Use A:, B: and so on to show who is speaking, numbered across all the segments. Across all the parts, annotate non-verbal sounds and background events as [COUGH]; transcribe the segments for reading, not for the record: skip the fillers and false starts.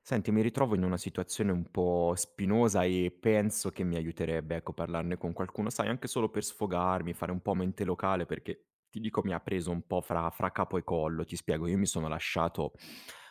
A: Senti, mi ritrovo in una situazione un po' spinosa e penso che mi aiuterebbe, ecco, parlarne con qualcuno, sai, anche solo per sfogarmi, fare un po' mente locale, perché ti dico mi ha preso un po' fra capo e collo, ti spiego, io mi sono lasciato,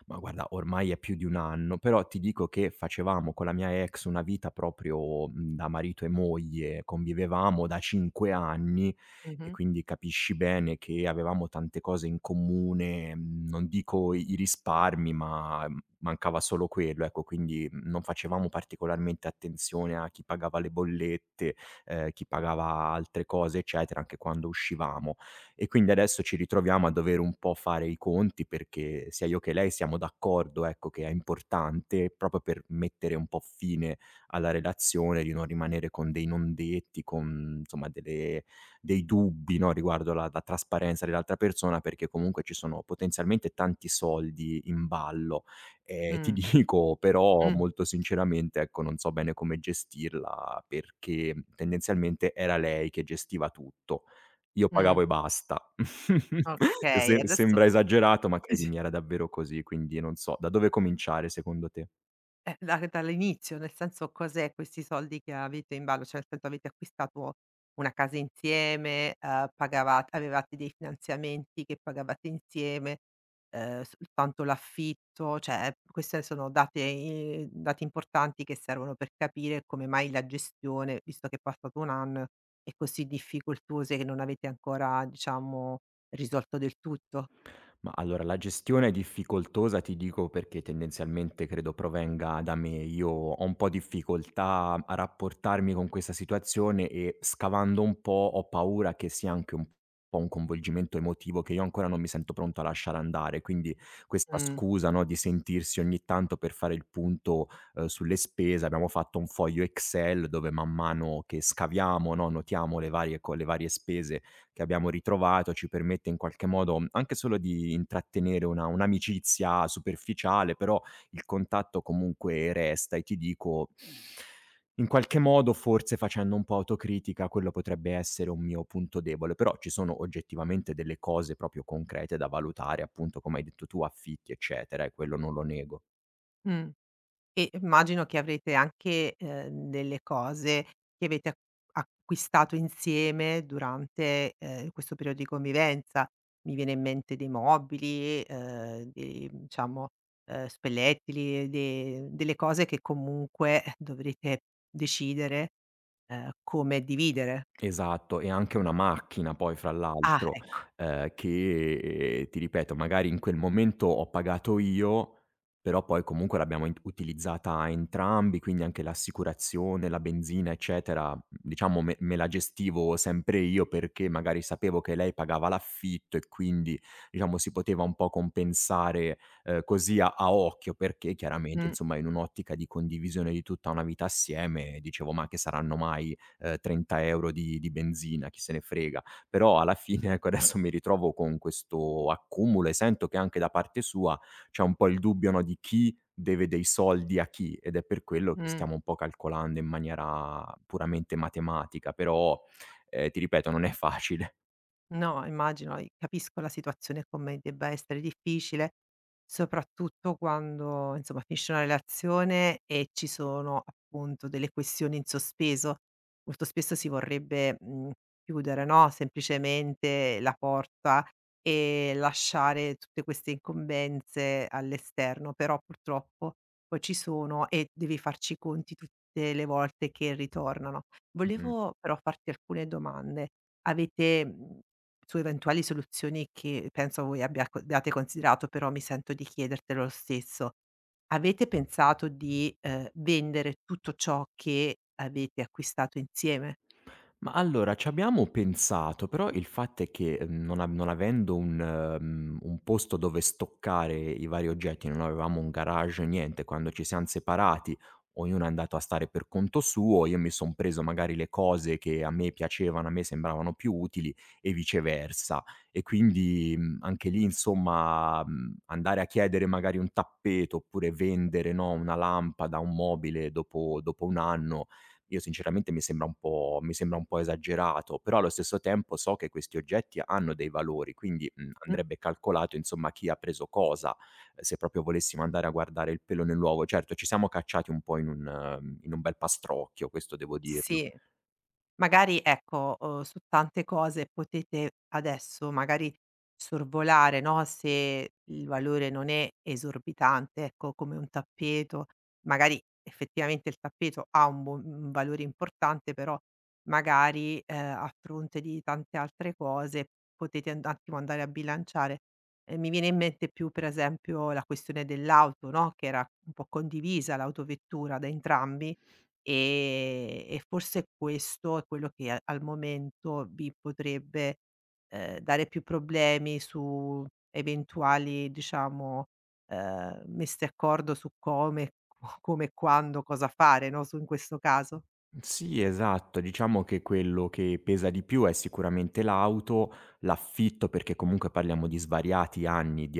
A: ma guarda, ormai è più di un anno, però ti dico che facevamo con la mia ex una vita proprio da marito e moglie, convivevamo da 5 anni e
B: Mh-mh.
A: quindi capisci bene che avevamo tante cose in comune, non dico i risparmi, ma mancava solo quello, ecco, quindi non facevamo particolarmente attenzione a chi pagava le bollette, chi pagava altre cose, eccetera, anche quando uscivamo. E quindi adesso ci ritroviamo a dover un po' fare i conti, perché sia io che lei siamo d'accordo, ecco, che è importante proprio per mettere un po' fine alla relazione, di non rimanere con dei non detti, con insomma delle dei dubbi, no, riguardo la trasparenza dell'altra persona, perché comunque ci sono potenzialmente tanti soldi in ballo. Ti [LAUGHS]
B: Mh.
A: dico però
B: Mh.
A: molto sinceramente, ecco, non so bene come gestirla perché tendenzialmente era lei che gestiva tutto. Io
B: Mh.
A: pagavo e basta. [LAUGHS]
B: Okay,
A: Se
B: adesso
A: sembra esagerato, ma
B: [UNINTELLIGIBLE] s
A: credimi era davvero così, quindi non so, da dove cominciare secondo te?
B: da dall'inizio, nel senso cos'è questi soldi che avete in ballo? Cioè, nel senso avete acquistato una casa insieme, pagavat avevate dei finanziamenti che pagavate insieme, soltanto l'affitto, cioè queste sono date i dati importanti che servono per capire come mai la gestione, visto che è passato un anno, è così difficoltosa e che non avete ancora, diciamo, risolto del tutto.
A: Ma allora la gestione è difficoltosa, ti dico, perché tendenzialmente credo provenga da me. Io ho un po' difficoltà a rapportarmi con questa situazione e scavando un po' ho paura che sia anche un po' un coinvolgimento emotivo che io ancora non mi sento pronto a lasciare andare. Quindi questa
B: Mh.
A: scusa, no, di sentirsi ogni tanto per fare il punto, sulle spese, abbiamo fatto un foglio Excel dove man mano che scaviamo, no, notiamo le varie spese che abbiamo ritrovato, ci permette in qualche modo, anche solo di intrattenere una un'amicizia superficiale, però il contatto comunque resta e ti dico, in qualche modo forse facendo un po' autocritica, quello potrebbe essere un mio punto debole, però ci sono oggettivamente delle cose proprio concrete da valutare, appunto come hai detto tu, affitti eccetera, e quello non lo nego.
B: Mh. E immagino che avrete anche, delle cose che avete ac acquistato insieme durante, questo periodo di convivenza. Mi viene in mente dei mobili, dei diciamo, spellettili, de delle cose che comunque [LAUGHS] dovrete decidere, come dividere.
A: Esatto, e anche una macchina poi fra
B: Ah,
A: l'altro,
B: ecco.
A: che ti ripeto, magari in quel momento ho pagato io, però poi comunque l'abbiamo int utilizzata entrambi, quindi anche l'assicurazione, la benzina, eccetera, diciamo me la gestivo sempre io perché magari sapevo che lei pagava l'affitto e quindi, diciamo, si poteva un po' compensare, così a occhio, perché chiaramente,
B: Mh,
A: insomma, in un'ottica di condivisione di tutta una vita assieme, dicevo: "Ma che saranno mai 30 euro di benzina, chi se ne frega. Però alla fine, ecco, adesso mi ritrovo con questo accumulo e sento che anche da parte sua c'è un po' il dubbio, no, di chi deve dei soldi a chi, ed è per quello che
B: mh.
A: stiamo un po' calcolando in maniera puramente matematica, però, ti ripeto non è facile.
B: No, immagino, i capisco la situazione come debba essere difficile, soprattutto quando, insomma, finisce una relazione e ci sono appunto delle questioni in sospeso. Molto spesso si vorrebbe, chiudere, no, semplicemente la porta e lasciare tutte queste incombenze all'esterno, però purtroppo poi ci sono e devi farci i conti tutte le volte che ritornano.
A: [LAUGHS] Mh-mh.
B: Volevo però farti alcune domande. Avete, mhmm su eventuali soluzioni che penso voi abbiate considerato, però mi sento di chiedertelo lo stesso. Avete pensato di, vendere tutto ciò che avete acquistato insieme?
A: Ma allora c'abbiamo pensato, però il fatto è che, non avendo un, un posto dove stoccare i vari oggetti, non avevamo un garage, niente, quando ci siam separati ognuno è andato a stare per conto suo, io mi son preso magari le cose che a me piacevano, a me sembravano più utili e viceversa. E quindi, anche lì insomma, andare a chiedere magari un tappeto oppure vendere, no, una lampada, un mobile dopo un anno io sinceramente mi sembra un po' esagerato, però allo stesso tempo so che questi oggetti hanno dei valori, quindi,
B: Mh,
A: andrebbe calcolato insomma chi ha preso cosa, se proprio volessimo andare a guardare il pelo nell'uovo. Certo, ci siamo cacciati un po' in un bel pastrocchio, questo devo dirlo.
B: sì. Magari ecco, su tante cose potete adesso magari sorvolare, no, se il valore non è esorbitante, ecco, come un tappeto. Magari effettivamente il tappeto ha un valore importante, però magari, a fronte di tante altre cose potete un attimo andare a bilanciare. Mi viene in mente più per esempio la questione dell'auto, no, che era un po' condivisa l'autovettura da entrambi. E forse questo è quello che a al momento mi potrebbe, dare più problemi su eventuali, diciamo, messe d'accordo su come, [LAUGHS] co come e quando, cosa fare, no, su in questo caso.
A: Sì, esatto. Diciamo che quello che pesa di più è sicuramente l'auto, l'affitto, perché comunque parliamo di svariati anni di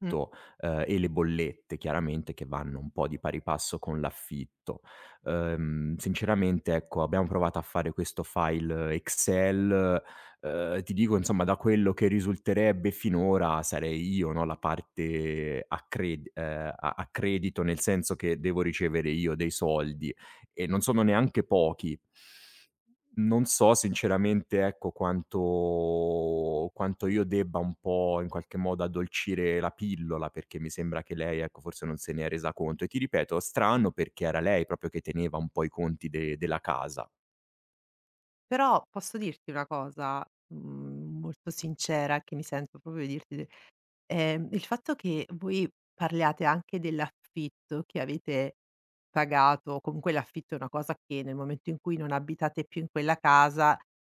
B: Mh.
A: e le bollette chiaramente che vanno un po' di pari passo con l'affitto. Sinceramente ecco, abbiamo provato a fare questo file Excel, ti dico insomma da quello che risulterebbe finora sarei io, no, la parte a cred a credito, nel senso che devo ricevere io dei soldi, e non sono neanche pochi. Non so sinceramente, ecco, quanto io debba un po', in qualche modo, addolcire la pillola, perché mi sembra che lei, ecco, forse non se ne è resa conto. E ti ripeto, strano perché era lei proprio che teneva un po' i conti de della casa.
B: Però posso dirti una cosa, molto sincera che mi sento proprio di dirti de il fatto che voi parliate anche dell'affitto che avete pagato, o comunque l'affitto è una cosa che nel momento in cui non abitate più in quella casa,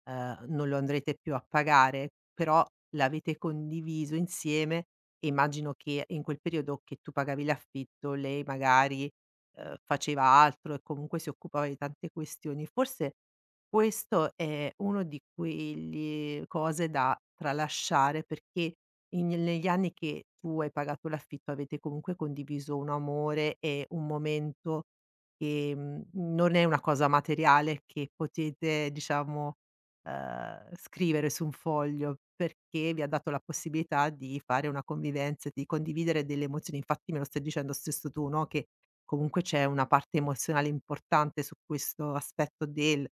B: non lo andrete più a pagare, però l'avete condiviso insieme e immagino che in quel periodo che tu pagavi l'affitto lei magari, faceva altro e comunque si occupava di tante questioni. Forse questo è uno di quegli cose da tralasciare perché in negli anni che tu hai pagato l'affitto avete comunque condiviso un amore e un momento che, non è una cosa materiale che potete diciamo, scrivere su un foglio, perché vi ha dato la possibilità di fare una convivenza e di condividere delle emozioni. Infatti me lo stai dicendo stesso tu, no, che comunque c'è una parte emozionale importante su questo aspetto del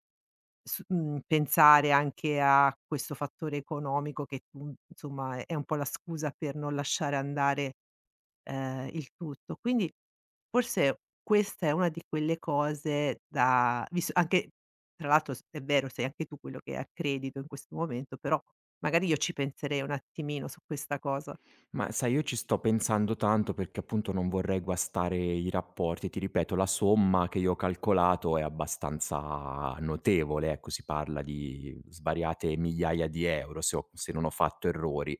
B: Pensare anche a questo fattore economico che tu insomma è un po' la scusa per non lasciare andare, il tutto. Quindi forse questa è una di quelle cose da, visto anche tra l'altro s è vero, sei anche tu quello che è a credito in questo momento, però magari io ci penserei un attimino su questa cosa.
A: Ma sai, io ci sto pensando tanto perché appunto non vorrei guastare i rapporti. Ti ripeto, la somma che io ho calcolato è abbastanza notevole, ecco, si parla di svariate migliaia di euro se non ho fatto errori.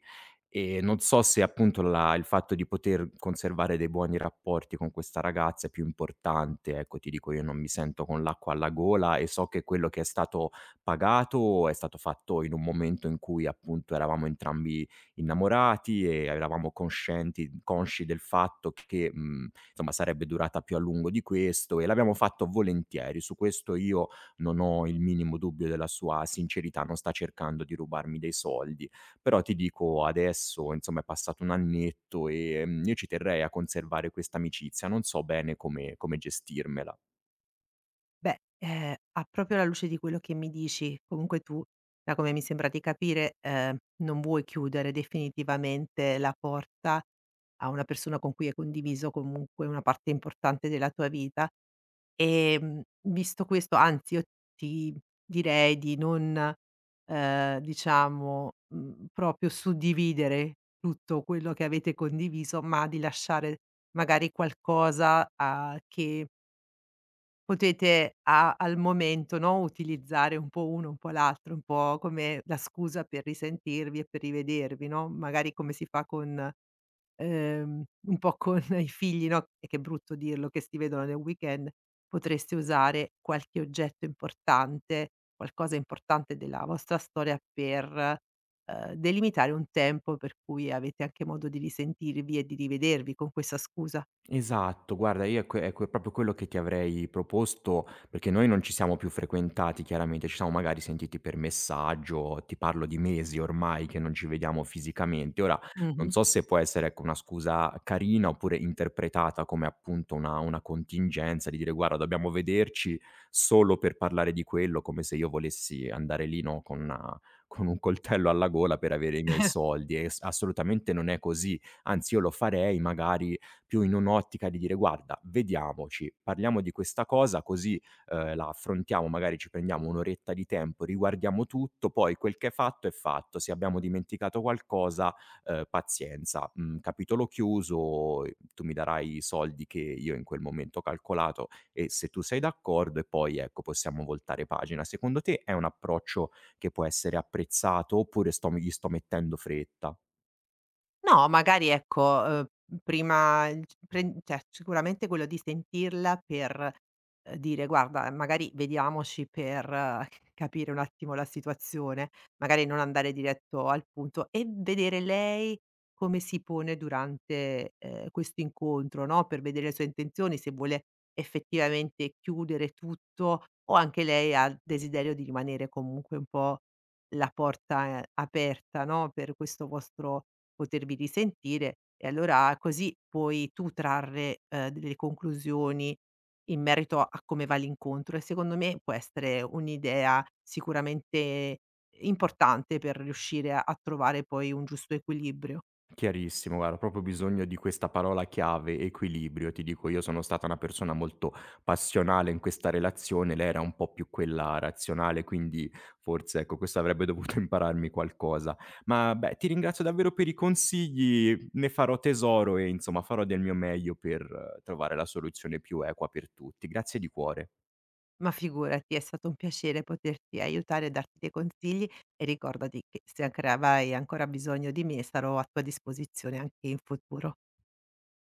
A: E non so se appunto il fatto di poter conservare dei buoni rapporti con questa ragazza è più importante, ecco, ti dico, io non mi sento con l'acqua alla gola e so che quello che è stato pagato è stato fatto in un momento in cui appunto eravamo entrambi innamorati e eravamo consci del fatto che, insomma sarebbe durata più a lungo di questo e l'abbiamo fatto volentieri. Su questo io non ho il minimo dubbio della sua sincerità, non sta cercando di rubarmi dei soldi. Però ti dico adesso, insomma è passato un annetto, io ci terrei a conservare questa amicizia, non so bene come gestirmela.
B: Beh, a proprio alla luce di quello che mi dici, comunque tu, da come mi sembra di capire, non vuoi chiudere definitivamente la porta a una persona con cui hai condiviso comunque una parte importante della tua vita. Visto questo, anzi io ti direi di non, diciamo, proprio suddividere tutto quello che avete condiviso, ma di lasciare magari qualcosa a che Potete a al momento, no, utilizzare un po' uno, un po' l'altro, un po' come la scusa per risentirvi e per rivedervi, no, magari come si fa con un po' con [LAUGHS] i figli, no, e che è brutto dirlo, che si vedono nel weekend, potreste usare qualche oggetto importante, qualcosa importante della vostra storia per, delimitare un tempo per cui avete anche modo di risentirvi e di rivedervi con questa scusa.
A: Esatto, guarda io è que proprio quello che ti avrei proposto, perché noi non ci siamo più frequentati chiaramente, ci siamo magari sentiti per messaggio, ti parlo di mesi ormai che non ci vediamo fisicamente. Ora non
B: Mh-mh.
A: so se può essere, ecco, una scusa carina oppure interpretata come appunto una contingenza di dire: "Guarda dobbiamo vederci solo per parlare di quello", come se io volessi andare lì, no, con una con un coltello alla gola per avere i miei soldi e s assolutamente non è così. Anzi io lo farei magari più in un'ottica di dire: "Guarda, vediamoci, parliamo di questa cosa così, la affrontiamo, magari ci prendiamo un' oretta di tempo, riguardiamo tutto, poi quel che è fatto è fatto. Se abbiamo dimenticato qualcosa, pazienza, capitolo chiuso, tu mi darai i soldi che io in quel momento ho calcolato e se tu sei d'accordo e poi, ecco, possiamo voltare pagina." Secondo te è un approccio che può essere apprezzato oppure sto mettendo fretta?
B: No, magari ecco, prima il c pren cioè sicuramente quello di sentirla per, dire: "Guarda, magari vediamoci per c [LAUGHS] capire un attimo la situazione", magari non andare diretto al punto e vedere lei come si pone durante, questo incontro, no, per vedere le sue intenzioni, se vuole effettivamente chiudere tutto o anche lei ha il desiderio di rimanere comunque un po' la porta, aperta, no, per questo vostro potervi risentire e allora così puoi tu trarre, delle conclusioni in merito a come va l'incontro e secondo me può essere un'idea sicuramente importante per riuscire a trovare poi un giusto equilibrio.
A: Chiarissimo, guarda, ho proprio bisogno di questa parola chiave, equilibrio. Ti dico, io sono stata una persona molto passionale in questa relazione, lei era un po' più quella razionale, quindi forse ecco, questo avrebbe dovuto [LAUGHS] impararmi qualcosa. Ma beh, ti ringrazio davvero per i consigli, ne farò tesoro e insomma farò del mio meglio per trovare la soluzione più equa per tutti. Grazie di cuore.
B: Ma figurati, è stato un piacere poterti aiutare e darti dei consigli e ricordati che se anche avrai ancora bisogno di me sarò a tua disposizione anche in futuro.